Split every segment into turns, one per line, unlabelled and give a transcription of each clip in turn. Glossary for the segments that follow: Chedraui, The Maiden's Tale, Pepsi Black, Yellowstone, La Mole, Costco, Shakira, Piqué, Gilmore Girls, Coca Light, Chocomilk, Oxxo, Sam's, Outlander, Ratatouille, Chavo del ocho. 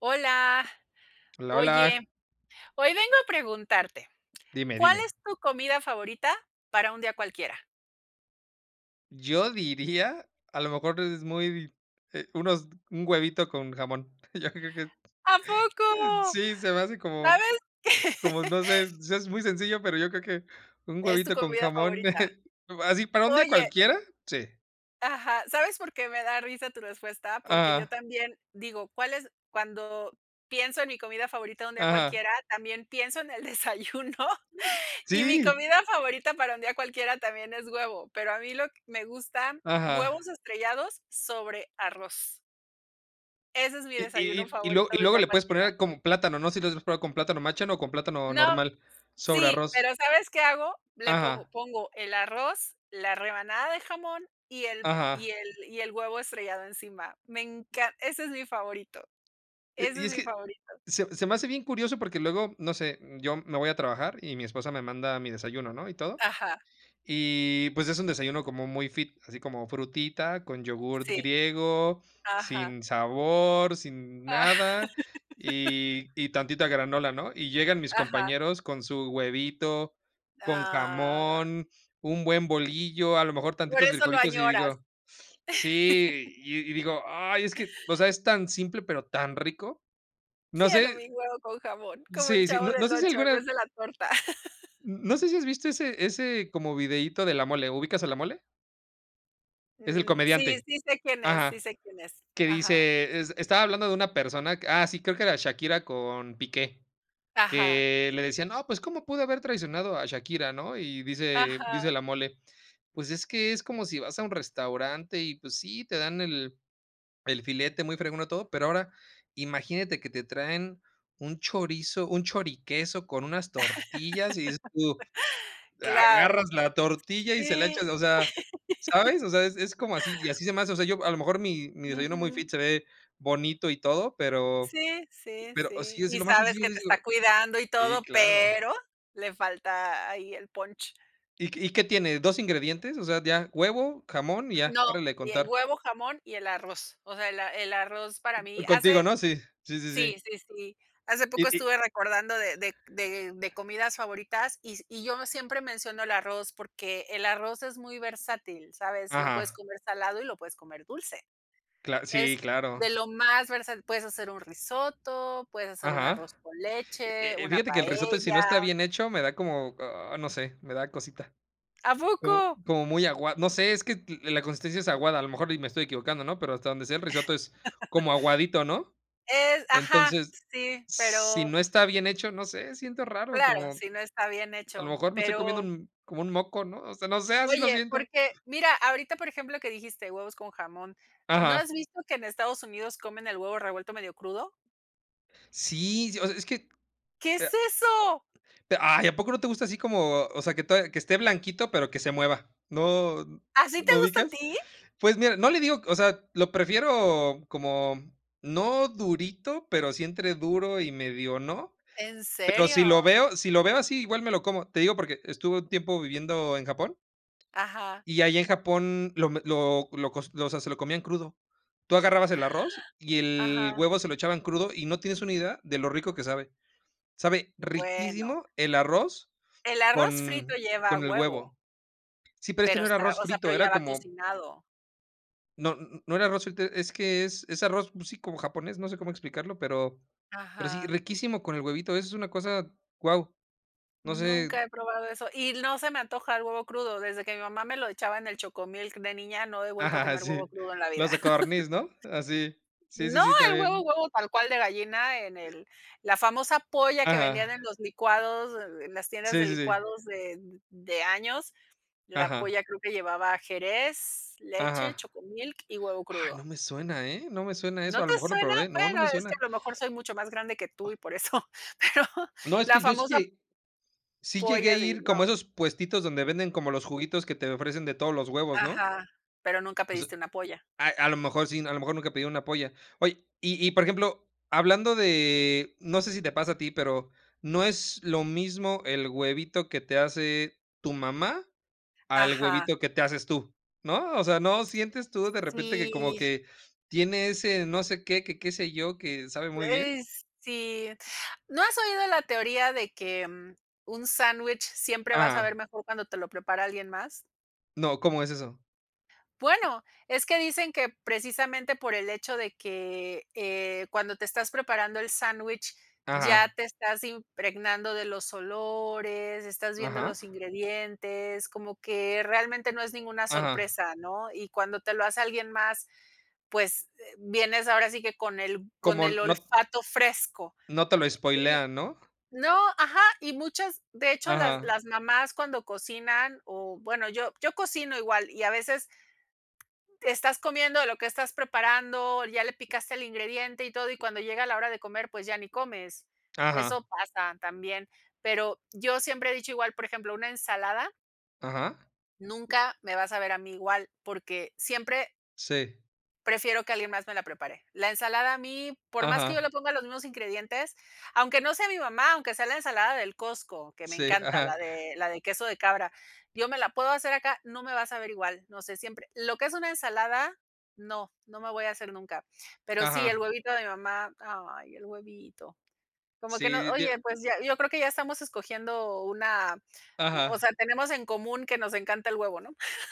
Hola,
Hola,
oye,
hola.
hoy vengo a preguntarte,
Dime,
¿cuál
dime.
es tu comida favorita para un día cualquiera?
Yo diría, a lo mejor es muy, unos un huevito con jamón. Yo creo que,
¿A poco?
sí, se me hace como
¿Sabes?
no sé, o es muy sencillo, pero yo creo que un
Es tu
huevito con
comida
jamón,
favorita.
así para un día
Oye,
cualquiera, sí.
ajá, ¿sabes por qué me da risa tu respuesta? Porque yo
Ajá,
también digo, ¿cuál es? Cuando pienso en mi comida favorita un día
ajá.
cualquiera, también pienso en el desayuno. Y mi
Sí,
comida favorita para un día cualquiera también es huevo, pero a mí lo que me gusta,
ajá.
huevos estrellados sobre arroz. Ese es mi
Y y
desayuno
y y luego
favorito
y
de un
luego
día
le puedes
cualquiera.
poner como plátano, no sé si lo has probado con plátano macho, ¿no?, o con plátano
No,
normal sobre
sí,
arroz.
pero ¿sabes qué hago? Le pongo
Ajá,
pongo el arroz, la rebanada de jamón y el y
ajá.
el y el huevo estrellado encima. Me encan Ese es mi favorito, ese
Y
es
es
mi
que
favorito.
se me hace bien curioso porque luego, no sé, yo me voy a trabajar y mi esposa me manda mi desayuno, ¿no? Y todo.
Ajá,
Y, pues, es un desayuno como muy fit, así como frutita con yogurt
sí,
griego,
ajá,
sin sabor, sin
aj
nada, y tantita granola, ¿no? Y llegan mis
ajá,
compañeros con su huevito, con
ah,
jamón, un buen bolillo, a lo mejor
por
tantitos
eso lo
frijolitos, y
añoras.
digo sí, y digo: "Ay, es que", o sea, es tan simple, pero tan rico. No
Quiero
sé.
mi huevo con jamón, como el
Sí, sí.
Chavo
No
del
sé si
ocho en
alguna
vez de la torta.
no sé si has visto ese como videíto de La Mole. ¿Ubicas a La Mole? Es el
Mm, sí,
comediante.
sí sé quién es, sí
Ajá.
sé quién es.
Que
Ajá,
dice es estaba hablando de una persona que ah, sí, creo que era Shakira con Piqué,
ajá,
que le decían: "No, pues, ¿cómo pude haber traicionado a Shakira?", ¿no? Y dice
ajá,
La Mole: "Pues, es que es como si vas a un restaurante y, pues, sí, te dan el filete muy fregón, todo, pero ahora imagínate que te traen un chorizo, un choriqueso con unas tortillas", y dices tú:
claro.
agarras la tortilla y se la
Sí,
echas, o sea, ¿sabes? O sea, es como así, y así se me hace, o sea, yo a lo mejor mi desayuno muy
ujú.
fit se ve bonito y todo,
Sí, sí,
pero
sí.
sí, es
Y
lo más
sabes
sencillo,
que te está
digo
cuidando y
sí,
todo,
claro.
pero le falta ahí el punch.
Y qué tiene? ¿Dos ingredientes? O sea, ya, huevo, jamón y ya,
No,
órale a
y el
contar.
huevo, jamón y el arroz. O sea, el arroz para mí
Contigo,
hace
¿no? Sí, sí, sí,
sí,
sí.
sí, sí. Hace poco
Y
estuve recordando de comidas favoritas, y yo siempre menciono el arroz porque el arroz es muy versátil, ¿sabes? Lo puedes
ajá,
comer salado y lo puedes comer dulce.
cla sí,
Es
claro,
de lo más versátil. Puedes hacer un risotto, puedes hacer un
ajá.
arroz con
Eh
leche, una
fíjate que el risotto, si
paella.
no está bien hecho, me da como, ah, no sé, me da cosita.
¿A poco?
Como muy agua, no sé, es que la consistencia es aguada, a lo mejor y me estoy equivocando, ¿no? Pero hasta donde sé el risotto es como aguadito, ¿no?
Es Ajá,
Entonces,
sí,
si
pero
no está bien hecho, no sé, siento raro,
claro,
como
si no está bien
a lo
hecho.
mejor me estoy comiendo
Pero,
un como un moco, ¿no? O sea, no sé, así lo
oye,
siento.
porque mira, ahorita, por ejemplo, que dijiste huevos con jamón, ¿no
Ajá.
has visto que en Estados Unidos comen el huevo revuelto medio crudo?
Sí, sí, o sea, es que,
¿Qué
eh,
es eso?
pe- ay, ¿a poco no te gusta así como, o sea, que todavía que esté blanquito, pero que se mueva? ¿No
¿Así te
no
gusta a
ubicas?
ti?
Pues mira, no, le digo, o sea, lo prefiero como no durito, pero sí entre duro y medio no.
¿En
Pero
serio?
si lo veo así, igual me lo como. Te digo porque estuve un tiempo viviendo en Japón,
Ajá,
y ahí en Japón lo me lo cos lo- o sea, se lo comían crudo. Tú agarrabas el arroz y el
ajá.
huevo se lo echaban crudo, y no tienes una idea de lo rico que sabe. Sabe
Bueno,
riquísimo el arroz
el arroz frito
con
lleva
con el
huevo.
huevo. Sí, pero este
Pero
no era
está
arroz
O sea,
frito,
pero
era
ya va
como
cocinado.
no n no era arroz frito, es que es arroz, pues sí, como japonés, no sé cómo explicarlo, pero sí,
Ajá.
riquísimo con el huevito, es una cosa, wow, no sé.
Nunca he probado eso, y no se me antoja el huevo crudo. Desde que mi mamá me lo echaba en el Chocomilk de niña, no he vuelto a
Ajá,
comer huevo
sí.
crudo en la vida.
Los de codorniz, ¿no? Así. Sí, sí,
No,
sí,
el huevo
también.
huevo tal cual de gallina en el la famosa polla que vendían en
Ajá.
los licuados, en las tiendas de
Sí, sí, sí.
licuados de años. La
Ajá,
polla creo que llevaba jerez, leche,
ajá.
Chocomilk y huevo
Ay,
crudo.
no me suena, ¿eh? No me suena
¿No
eso. A
te
lo mejor lo
suena?
probé. No, no
Bueno,
me
es que
suena.
a lo mejor soy mucho más grande que tú y por eso, pero
No, es
la
que yo sí
famosa
lle sí llegué a
pollas y
ir como
no.
a esos puestitos donde venden como los juguitos que te ofrecen de todos los huevos, ¿no?
Ajá, pero nunca
O sea,
pediste una polla.
a lo mejor sí, a lo mejor nunca pedí una polla. Oye, y, por ejemplo, hablando de no sé si te pasa a ti, pero, ¿no es lo mismo el huevito que te hace tu mamá al
Ajá,
huevito que te haces tú, ¿no? O sea, ¿no sientes tú de repente que como
sí,
que tiene ese no sé qué, que qué sé yo, que sabe muy bien?
es sí. ¿No has oído la teoría de que, un sándwich siempre va a saber
Ajá.
mejor cuando te lo prepara alguien más?
No, ¿cómo es eso?
Bueno, es que dicen que precisamente por el hecho de que, cuando te estás preparando el sándwich, ya
Ajá,
te estás impregnando de los olores, estás viendo
ajá,
los ingredientes, como que realmente no es ninguna
ajá.
sorpresa, ¿no? Y cuando te lo hace alguien más, pues, vienes ahora sí que con el con
Como
el
no
olfato fresco.
no te lo spoilean, ¿no?
No, ajá, y muchas de hecho, las
Ajá,
las mamás cuando cocinan, o bueno, yo cocino igual, y a veces estás comiendo de lo que estás preparando, ya le picaste el ingrediente y todo, y cuando llega la hora de comer, pues ya ni comes.
ajá,
Eso pasa también. Pero yo siempre he dicho igual, por ejemplo, una ensalada,
ajá.
nunca me vas a ver a mí igual, porque siempre
Sí,
prefiero que alguien más me la prepare. La ensalada a mí, por más que yo le
ajá,
ponga los mismos ingredientes, aunque no sea mi mamá, aunque sea la ensalada del Costco, que me
sí,
encanta, la
ajá,
de la de queso de cabra, yo me la puedo hacer acá, no me va a saber igual, no sé, siempre lo que es una ensalada, no, no me voy a hacer nunca. Pero sí, el
ajá.
huevito de mi mamá, ay, el huevito. Como que no,
Sí, dio
oye, pues ya, yo creo que ya estamos escogiendo una, o sea,
ajá.
tenemos en común que nos encanta el huevo, ¿no?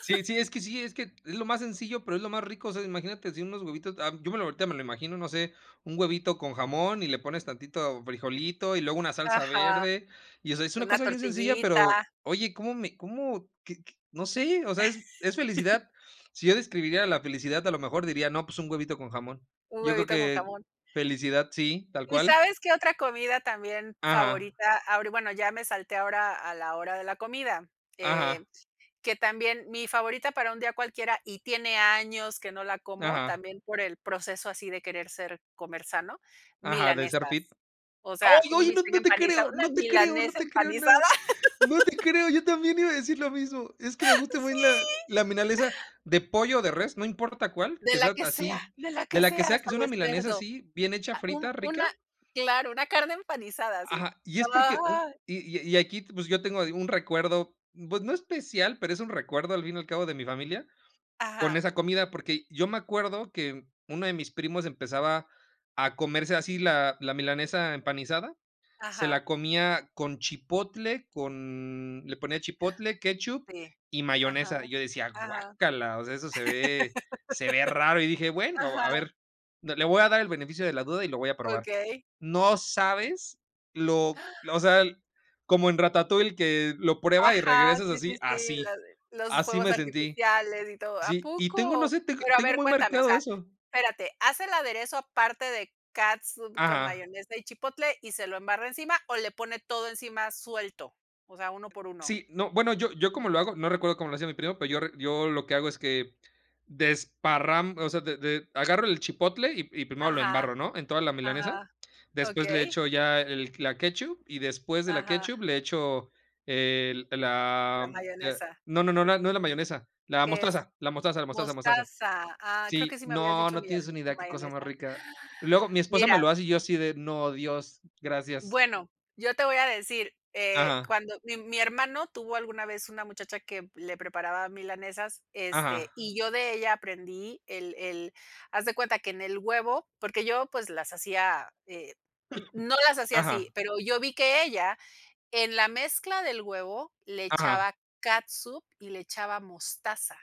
Sí, sí, es que es lo más sencillo, pero es lo más rico, o sea, imagínate si unos huevitos, ah, yo me lo ahorita me lo imagino, no sé, un huevito con jamón y le pones tantito frijolito y luego una salsa
Ajá,
verde, y, o sea, es una
una
cosa bien sencilla,
tortillita,
pero, oye, ¿cómo me cómo qué qué? No sé, o sea, es felicidad. Si yo describiría la felicidad, a lo mejor diría: "No, pues un huevito con jamón".
un
Yo creo
huevito con
que
jamón.
felicidad, sí, tal
¿Y
cual.
sabes qué otra comida también
Ajá,
favorita? Ahori Bueno, ya me salté ahora a la hora de la comida, eh,
ajá,
que también mi favorita para un día cualquiera, y tiene años que no la como,
ajá,
también por el proceso así de querer ser comer sano,
ajá, de ser fit.
milanesas. O
¡Ay,
sea, un
oye! No
bistec
no te
empanizado,
creo,
una
no te creo, no
milanesa
te creo
empanizada,
nada. No te creo, yo también iba a decir lo mismo. Es que me gusta muy
sí,
la milanesa de pollo o de res, no importa cuál,
de
que
la
sea
que sea,
así,
de la
de
que
la
sea,
que
hasta
sea una
de
milanesa
cerdo,
así, bien hecha,
ah, un
frita,
una,
rica.
claro, una carne empanizada, así.
Ajá, y es porque un
Ay,
y aquí, pues, yo tengo un recuerdo, pues, no especial, pero es un recuerdo, al fin y al cabo, de mi familia con
ajá,
esa comida, porque yo me acuerdo que uno de mis primos empezaba a comerse así la milanesa empanizada, se
ajá,
la comía con chipotle, con le ponía chipotle, ketchup
sí,
y
ajá,
mayonesa. Yo decía:
ajá.
"Guácala", o sea, eso se ve raro. Y dije: "Bueno, a
Ajá,
ver, no, le voy a dar el beneficio de la duda y lo voy a probar".
okey.
No sabes lo o sea, como en Ratatouille que lo prueba y
Ajá,
regresas
sí, sí,
así,
sí,
así,
la de los
así
fuegos
me sentí.
artificiales y todo, ¿a
Sí, y tengo, no
poco?
sé, tengo
Pero a ver,
muy
cuéntame, o
marcado
sea,
eso.
espérate, ¿hace el aderezo aparte de catsup con
Ajá.
mayonesa y chipotle y se lo embarra encima o le pone todo encima suelto? O sea, uno por uno.
Sí, no, bueno, yo como lo hago, no recuerdo cómo lo hacía mi primo, pero yo re yo lo que hago es que desparram o sea, de agarro el chipotle y primero lo
Ajá,
embarro, ¿no?, en toda la milanesa.
ajá,
Después le
okey,
echo ya el la ketchup y después de la
ajá,
ketchup le echo el
la
la,
mayonesa,
no, no, no, la no es la mayonesa, la
¿que es?
mostaza, la mostaza, la mostaza, mostaza.
Mostaza, ah, creo que
Sí,
sí me habías
no,
dicho
no tienes
miel,
una idea qué cosa más
mayonesa.
rica. Luego mi esposa me
Mira.
lo hace y yo así de: "No, Dios, gracias".
Bueno, yo te voy a decir,
Ajá,
cuando mi hermano tuvo alguna vez una muchacha que le preparaba milanesas, este,
ajá,
y yo de ella aprendí el haz de cuenta que en el huevo, porque yo, pues, las hacía, n no las hacía así,
ajá,
pero yo vi que ella en la mezcla del huevo le
ajá.
echaba catsup y le echaba mostaza.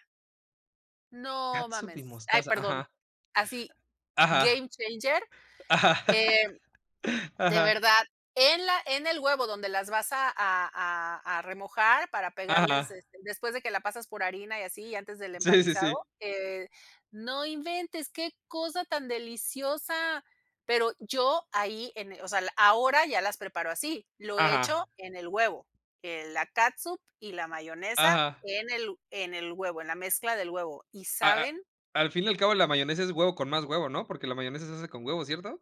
No
Catsup y
mames. Ay,
mostaza,
perdón.
ajá,
Así,
ajá,
game changer,
ajá,
eh de
ajá,
verdad, en el huevo donde las vas a remojar para
ajá,
pegarles, este, después de que la pasas por harina y así, y antes del
sí, sí, sí,
empanizado, no inventes, qué cosa tan deliciosa. Pero yo ahí en o sea, ahora ya las preparo así, lo he hecho
ajá,
en el huevo, la catsup y la mayonesa
ajá,
en el huevo, en la mezcla del huevo, ¿y
a
saben?
al fin y al cabo, la mayonesa es huevo con más huevo, ¿no? Porque la mayonesa se hace con huevo, ¿cierto?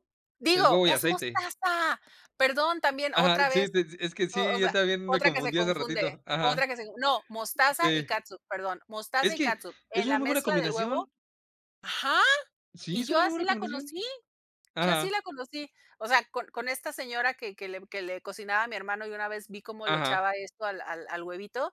Es
Digo,
huevo y
es
aceite.
mostaza. Perdón, también
Ajá,
otra vez,
sí, te sí, es que
o o
sí, yo
sea,
también me
otra que se
confundí hace
confunde,
ratito. Ajá,
otra que se no, mostaza y
sí.
catsup, perdón, mostaza
Es
y
que
catsup,
es
en
una
la
muy buena
mezcla del huevo,
combinación.
ajá,
Sí,
y
es
yo
una muy
así
buena
la
combinación.
conocí, yo así
Ajá,
la conocí. O sea, con esta señora que que le cocinaba a mi hermano, y una vez vi cómo le
ajá,
echaba esto al huevito,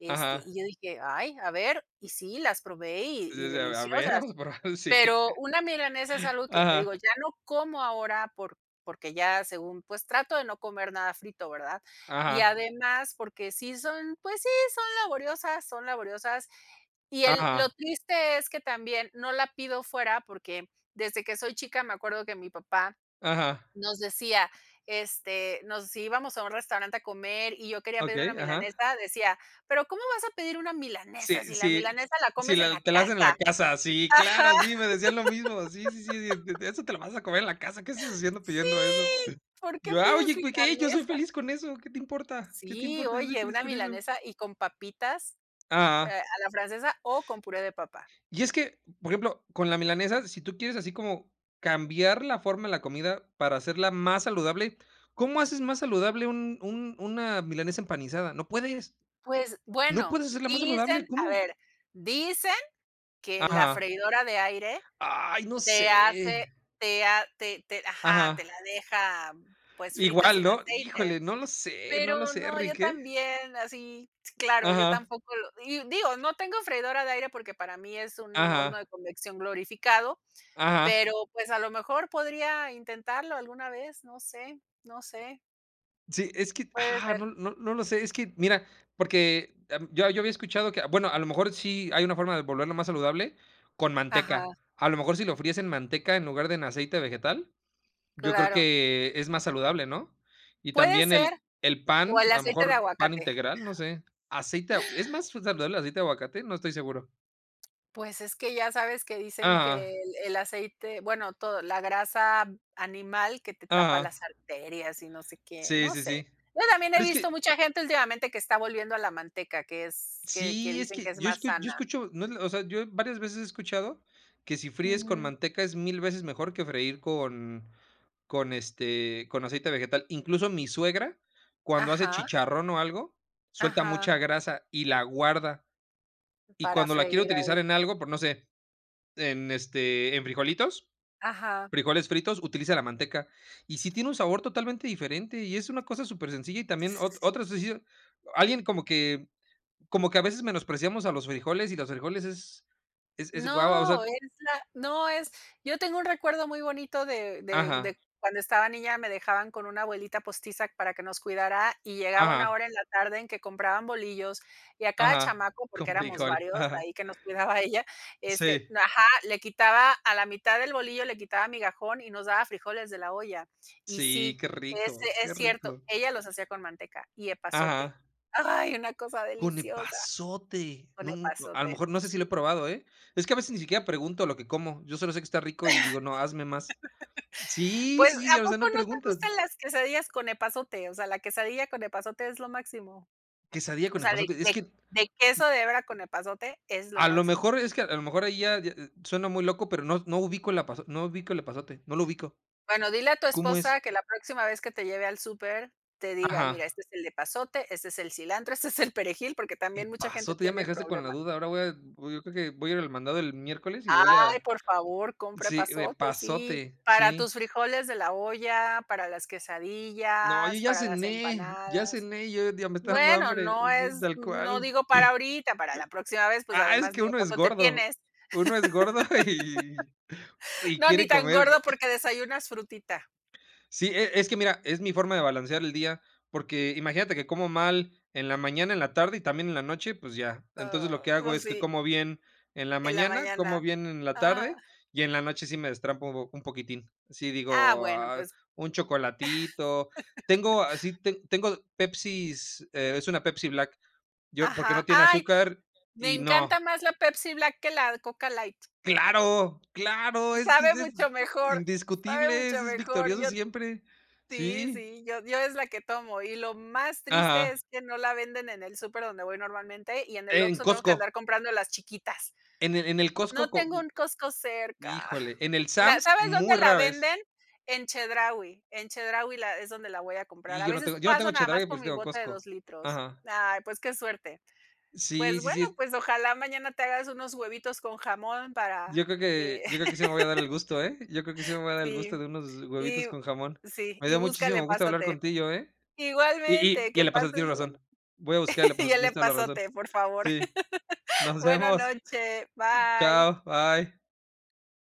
este,
ajá.
y yo dije: "Ay, a ver", y sí, las probé y
Sí, sí, a ver,
deliciosas.
vamos a probar, sí.
Pero una milanesa es algo que te
Ajá,
digo, ya no como ahora porque ya según, pues, trato de no comer nada frito, ¿verdad? Y
ajá,
además, porque sí son, pues sí, son laboriosas, son laboriosas. Y el lo
ajá,
triste es que también no la pido fuera, porque desde que soy chica me acuerdo que mi papá
ajá.
nos decía, este, nos si íbamos a un restaurante a comer y yo quería pedir una
Okey, ajá.
milanesa, decía: "Pero, ¿cómo vas a pedir una milanesa
Sí,
si la
sí,
milanesa la
sí,
comes en la
la te la hacen en
casa?".
la casa, sí,
Ajá.
claro, sí, me decían lo mismo, sí, sí, sí, de eso te lo vas a comer en la casa, ¿qué estás haciendo
Sí,
pidiendo eso?
¿por qué
Yo, ah,
pides
oye, pues, ¿qué? Yo soy
milanesa?
feliz con eso, ¿qué te importa? ¿Qué te
Sí,
importa? Yo soy
oye,
feliz
una
con eso.
milanesa y con papitas,
Ah.
a la francesa o con puré de papa.
Y es que, por ejemplo, con la milanesa, si tú quieres así como cambiar la forma de la comida para hacerla más saludable, ¿cómo haces más saludable un una milanesa empanizada? No puedes,
Pues,
no
bueno,
puedes hacerla más saludable,
dicen, a
¿cómo?
ver, dicen que la
Ajá.
freidora de aire
Ay, no
te hace
sé.
te ha te te ajá,
Ajá.
te la deja, pues, frita
Igual,
sin
¿no?
aceite,
Híjole, no lo sé, no lo
pero
sé,
no, yo
Rick, ¿eh?
también, así, claro, yo
Ajá,
tampoco lo y digo, no tengo freidora de aire porque para mí es un horno de
ajá,
convección glorificado.
ajá.
Pero, pues, a lo mejor podría intentarlo alguna vez, no sé, no sé,
Sí, es que,
puede
ah,
ser.
no lo sé, es que, mira, porque, yo había escuchado que, bueno, a lo mejor sí hay una forma de volverlo más saludable con
Ajá,
manteca. A lo mejor si lo fríes en manteca en lugar de en aceite vegetal, yo creo
claro.
que es más saludable, ¿no? Y
Puede
también
ser,
el
o
pan,
el
a lo
aceite de
mejor pan
aguacate.
integral, no sé. Aceite a ¿es más saludable el aceite de aguacate? No estoy seguro.
Pues, es que ya sabes que dicen que
Ajá,
el aceite, bueno, todo, la grasa animal que te tapa
ajá.
las arterias y no sé qué,
Sí,
no
sí,
sé.
sí.
Yo también he
Pero es
visto
que
mucha gente últimamente que está volviendo a la manteca, que es que
sí, es
dicen que
que
es
yo
más
escu yo
sana.
escucho, no es la o sea, yo varias veces he escuchado que si fríes con
Ujú.
manteca es 1000 veces mejor que freír con, este, con aceite vegetal. Incluso mi suegra, cuando hace
Ajá,
chicharrón o algo, suelta
ajá,
mucha grasa y la guarda, y
para
cuando la quiere
freír ahí.
utilizar en algo, por no sé, en, este, en frijolitos,
Ajá.
frijoles fritos, utiliza la manteca, y sí tiene un sabor totalmente diferente, y es una cosa súper sencilla y también ot otra decisión- alguien como que a veces menospreciamos a los frijoles y los frijoles es guau, o sea
No, es la no es yo tengo un recuerdo muy bonito de
ajá,
cuando estaba niña, me dejaban con una abuelita postiza para que nos cuidara, y llegaba una
ajá,
hora en la tarde en que compraban bolillos, y a cada
ajá,
chamaco, porque
con
éramos
frijol,
varios de
ajá,
ahí que nos cuidaba ella, este,
sí,
no, ajá, le quitaba a la mitad del bolillo, le quitaba migajón y nos daba frijoles de la olla. Y
sí,
sí, es es
qué
cierto,
rico,
ella los hacía con manteca y epazote.
ajá,
Ay, una cosa
con
deliciosa
epazote,
con
no, n a lo
epazote.
mejor no sé si lo
Sí.
he probado, ¿eh? Es que a veces ni siquiera pregunto lo que como, yo solo sé que está rico y digo: "No, hazme más". Sí,
Pues,
sí,
¿a
o sea,
poco
no
no te
preguntas.
gustan las quesadillas con epazote? O sea, la quesadilla con epazote es lo máximo.
Quesadilla
O
con
sea, de
epazote, es
de
que
de queso de hebra con epazote es lo
a lo
máximo.
mejor ahí ya ya, suena muy loco, pero no ubico el epazote, no ubico el epazote, no lo ubico,
Bueno, dile a tu
¿cómo es?
esposa que la próxima vez que te lleve al súper, te diga:
Ajá.
"Mira, este es el epazote, este es el cilantro, este es el perejil", porque
¿Qué
también mucha gente
pasó? Tú ya me
tiene
dejaste con la
problemas.
duda. Ahora voy a voy yo creo que voy a ir al mandado el miércoles y voy
Ay,
a
por favor, compra
sí, de
epazote, sí,
pasote,
para
sí.
tus frijoles de la olla, para las
No, yo
quesadillas, para las
ya
empanadas.
cené, yo ya me está dando
Bueno,
hambre,
no
sí,
es
tal
no
cual.
digo para ahorita, para la próxima vez, pues,
Ah, es
además
que
ni de paso te tienes.
uno es gordo y
No, ni
quiere
tan
comer.
gordo porque desayunas frutita.
Sí, e es que mira, es mi forma de balancear el día, porque imagínate que como mal en la mañana, en la tarde y también en la noche, pues ya. Entonces,
Ah,
lo que hago
pues
es que
sí,
como bien en la
en la
mañana, como
mañana.
bien en la
Ajá.
tarde y en la noche sí me destrampo un po- un poquitín. Sí
Ah,
digo,
bueno,
ah,
pues
un chocolatito. Tengo así, te tengo Pepsi, es una Pepsi Black, yo porque
ajá.
no tiene
Ay,
azúcar
me
y
encanta
no.
más la Pepsi Black que la Coca Light.
¡Claro! ¡Claro! Es que
Sabe
es
mucho mejor, sabe
indiscutible,
mucho
ese es
mejor.
victorioso
Yo
siempre.
sí,
Sí.
sí, yo es la que tomo, y lo más triste
Ajá.
es que no la venden en el súper donde voy normalmente, y en el
En
Oxxo tengo que andar
Costco,
comprando las chiquitas.
en el
No
Costco co
tengo un Costco cerca.
híjole, en el
La
Sam's
¿Sabes dónde
muy
la
rara vez.
venden? En Chedraui. En Chedraui la es donde la voy a comprar.
Y
A veces
yo no
paso
tengo
nada más
Chedraui,
por
pero sí
mi
tengo
bota de dos
Costco.
litros.
Ajá.
Ay, pues qué suerte.
Sí,
Pues
sí,
bueno,
sí.
pues ojalá mañana te hagas unos huevitos con jamón para, eh,
Yo creo que sí me voy a dar el gusto, ¿eh? Yo creo que sí me voy a dar el gusto
sí,
de unos
y
huevitos con jamón.
sí,
Me
y
dio
búscale
muchísimo gusto hablar
pasote.
contigo, ¿eh? Y y
Igualmente,
y
que
el epazote,
pases
tienes
buen
razón. Voy a buscar el
y
epazote,
el
tienes toda la razón.
epazote, por favor.
Sí. Nos
Buena
vemos.
noche. Bye.
Chao, bye.